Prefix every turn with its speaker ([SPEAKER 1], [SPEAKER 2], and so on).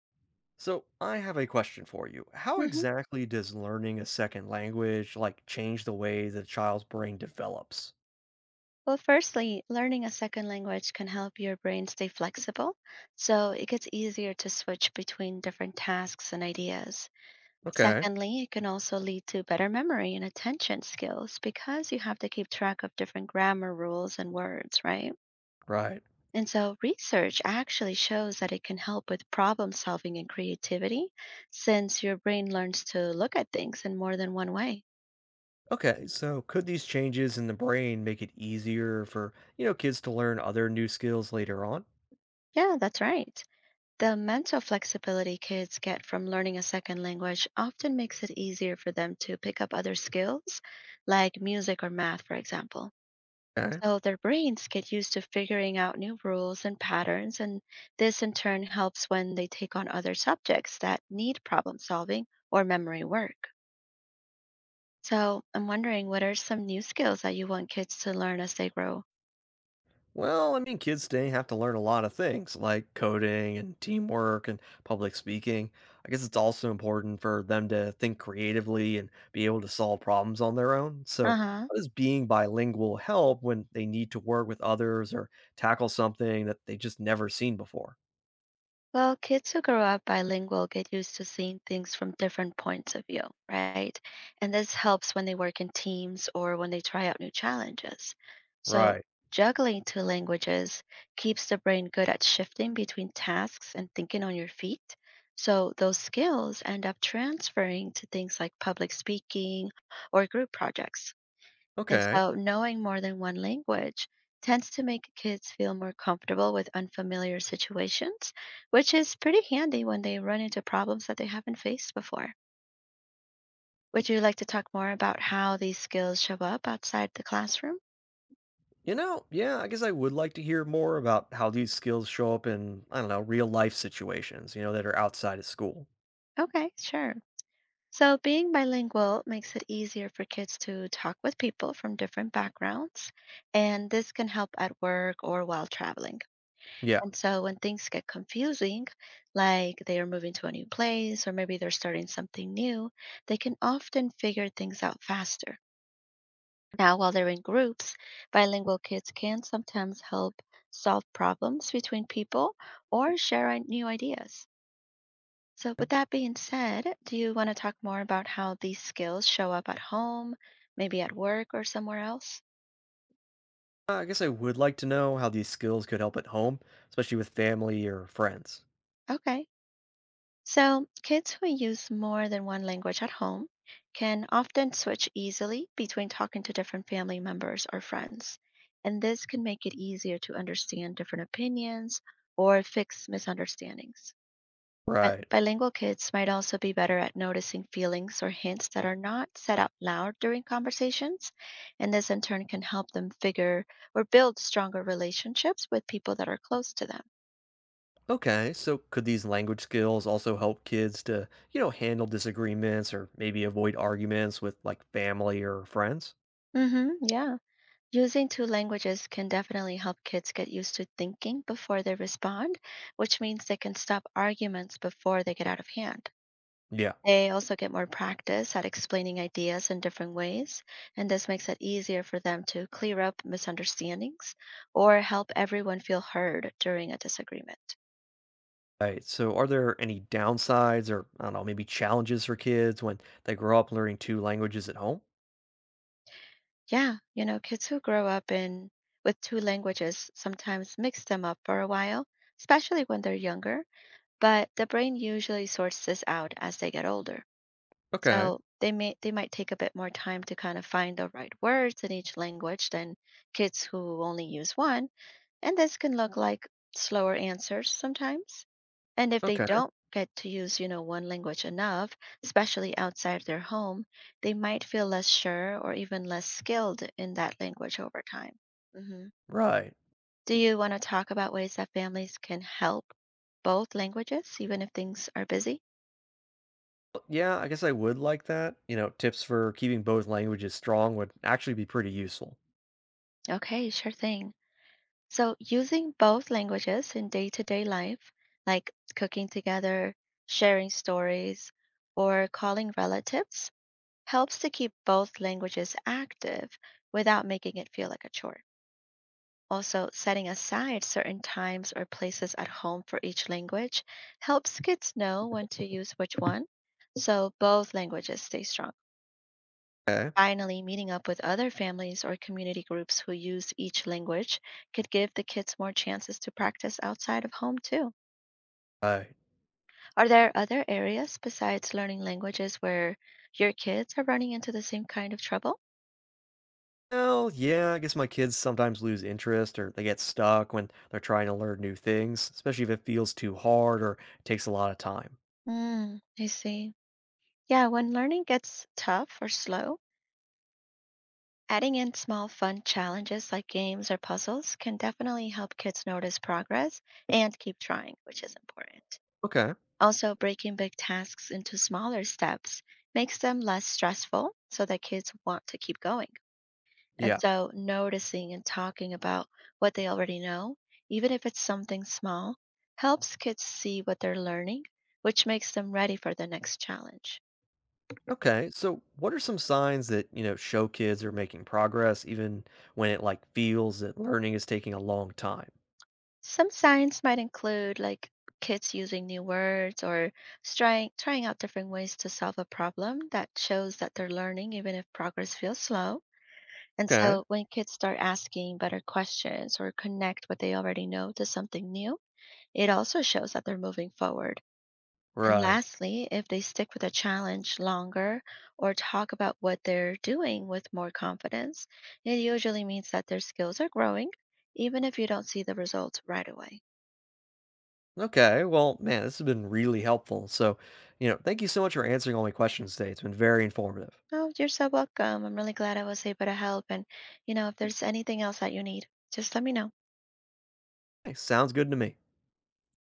[SPEAKER 1] So, I have a question for you. How
[SPEAKER 2] hmm
[SPEAKER 1] exactly does learning a second language like change the way the child's brain develops?
[SPEAKER 2] Well, firstly, learning a second language can help your brain stay flexible, so it gets easier to switch between different tasks and ideas.
[SPEAKER 1] Okay,
[SPEAKER 2] Secondly, it can also lead to better memory and attention skills because you have to keep track of different grammar rules and words, right?
[SPEAKER 1] right.
[SPEAKER 2] And so, research actually shows that it can help with problem solving and creativity since your brain learns to look at things in more than one way.
[SPEAKER 1] Okay, so could these changes in the brain make it easier for, kids to learn other new skills later on?
[SPEAKER 2] Yeah, that's right. The mental flexibility kids get from learning a second language often makes it easier for them to pick up other skills, like music or math, for example.
[SPEAKER 1] Okay.
[SPEAKER 2] So their brains get used to figuring out new rules and patterns, and this in turn helps when they take on other subjects that need problem solving or memory work. So I'm wondering, what are some new skills that you want kids to learn as they grow?
[SPEAKER 1] Well, I mean, kids today have to learn a lot of things like coding and teamwork and public speaking. I guess it's also important for them to think creatively and be able to solve problems on their own.
[SPEAKER 2] Uh
[SPEAKER 1] So,
[SPEAKER 2] huh.
[SPEAKER 1] how does being bilingual help when they need to work with others or tackle something that they just never seen before?
[SPEAKER 2] Well, kids who grow up bilingual get used to seeing things from different points of view, right? And this helps when they work in teams or when they try out new challenges. So,
[SPEAKER 1] Right.
[SPEAKER 2] juggling two languages keeps the brain good at shifting between tasks and thinking on your feet. So, those skills end up transferring to things like public speaking or group projects. And
[SPEAKER 1] Okay.
[SPEAKER 2] so, knowing more than one language tends to make kids feel more comfortable with unfamiliar situations, which is pretty handy when they run into problems that they haven't faced before. Would you like to talk more about how these skills show up outside the classroom?
[SPEAKER 1] Yeah, I guess I would like to hear more about how these skills show up in, I don't know, real life situations, that are outside of school.
[SPEAKER 2] Okay, sure. So, being bilingual makes it easier for kids to talk with people from different backgrounds, and this can help at work or while traveling.
[SPEAKER 1] Yeah.
[SPEAKER 2] And so when things get confusing, like they are moving to a new place or maybe they're starting something new, they can often figure things out faster. Now, while they're in groups, bilingual kids can sometimes help solve problems between people or share new ideas. So, with that being said, do you want to talk more about how these skills show up at home, maybe at work or somewhere else?
[SPEAKER 1] I guess I would like to know how these skills could help at home, especially with family or friends.
[SPEAKER 2] Okay. So, kids who use more than one language at home can often switch easily between talking to different family members or friends, and this can make it easier to understand different opinions or fix misunderstandings. But
[SPEAKER 1] Right.
[SPEAKER 2] bilingual kids might also be better at noticing feelings or hints that are not said out loud during conversations, and this in turn can help them figure or build stronger relationships with people that are close to them.
[SPEAKER 1] Okay, so could these language skills also help kids to, handle disagreements or maybe avoid arguments with like family or friends?
[SPEAKER 2] Mhm, yeah. Using two languages can definitely help kids get used to thinking before they respond, which means they can stop arguments before they get out of hand.
[SPEAKER 1] Yeah.
[SPEAKER 2] They also get more practice at explaining ideas in different ways, and this makes it easier for them to clear up misunderstandings or help everyone feel heard during a disagreement.
[SPEAKER 1] Right. So are there any downsides or, I don't know, maybe challenges for kids when they grow up learning two languages at home?
[SPEAKER 2] Yeah, kids who grow up in with two languages sometimes mix them up for a while, especially when they're younger, but the brain usually sorts this out as they get older.
[SPEAKER 1] Okay.
[SPEAKER 2] So they might take a bit more time to kind of find the right words in each language than kids who only use one, and this can look like slower answers sometimes. And if they
[SPEAKER 1] Okay.
[SPEAKER 2] don't get to use one language enough, especially outside their home, they might feel less sure or even less skilled in that language over time. hmm
[SPEAKER 1] Right.
[SPEAKER 2] Do you want to talk about ways that families can help both languages, even if things are busy?
[SPEAKER 1] Well, yeah, I guess I would like that. Tips for keeping both languages strong would actually be pretty useful.
[SPEAKER 2] Okay, sure thing. So, using both languages in day to day life, like cooking together, sharing stories, or calling relatives, helps to keep both languages active without making it feel like a chore. Also, setting aside certain times or places at home for each language helps kids know when to use which one, so both languages stay strong.
[SPEAKER 1] Okay.
[SPEAKER 2] Finally, meeting up with other families or community groups who use each language could give the kids more chances to practice outside of home, too.
[SPEAKER 1] Right.
[SPEAKER 2] Are there other areas besides learning languages where your kids are running into the same kind of trouble?
[SPEAKER 1] Well, yeah, I guess my kids sometimes lose interest or they get stuck when they're trying to learn new things, especially if it feels too hard or takes a lot of time.
[SPEAKER 2] Mm, I see. Yeah, when learning gets tough or slow, adding in small fun challenges like games or puzzles can definitely help kids notice progress and keep trying, which is important.
[SPEAKER 1] Okay.
[SPEAKER 2] Also, breaking big tasks into smaller steps makes them less stressful so that kids want to keep going. And
[SPEAKER 1] Yeah.
[SPEAKER 2] so, noticing and talking about what they already know, even if it's something small, helps kids see what they're learning, which makes them ready for the next challenge.
[SPEAKER 1] Okay. So, what are some signs that, show kids are making progress even when it like feels that learning is taking a long time?
[SPEAKER 2] Some signs might include like kids using new words or trying out different ways to solve a problem that shows that they're learning even if progress feels slow. And
[SPEAKER 1] Okay.
[SPEAKER 2] so when kids start asking better questions or connect what they already know to something new, it also shows that they're moving forward. And
[SPEAKER 1] Right.
[SPEAKER 2] lastly, if they stick with a challenge longer or talk about what they're doing with more confidence, it usually means that their skills are growing, even if you don't see the results right away.
[SPEAKER 1] Okay. Well, man, this has been really helpful. So, thank you so much for answering all my questions today. It's been very informative.
[SPEAKER 2] Oh, you're so welcome. I'm really glad I was able to help. And if there's anything else that you need, just let me know.
[SPEAKER 1] Hey, sounds good to me.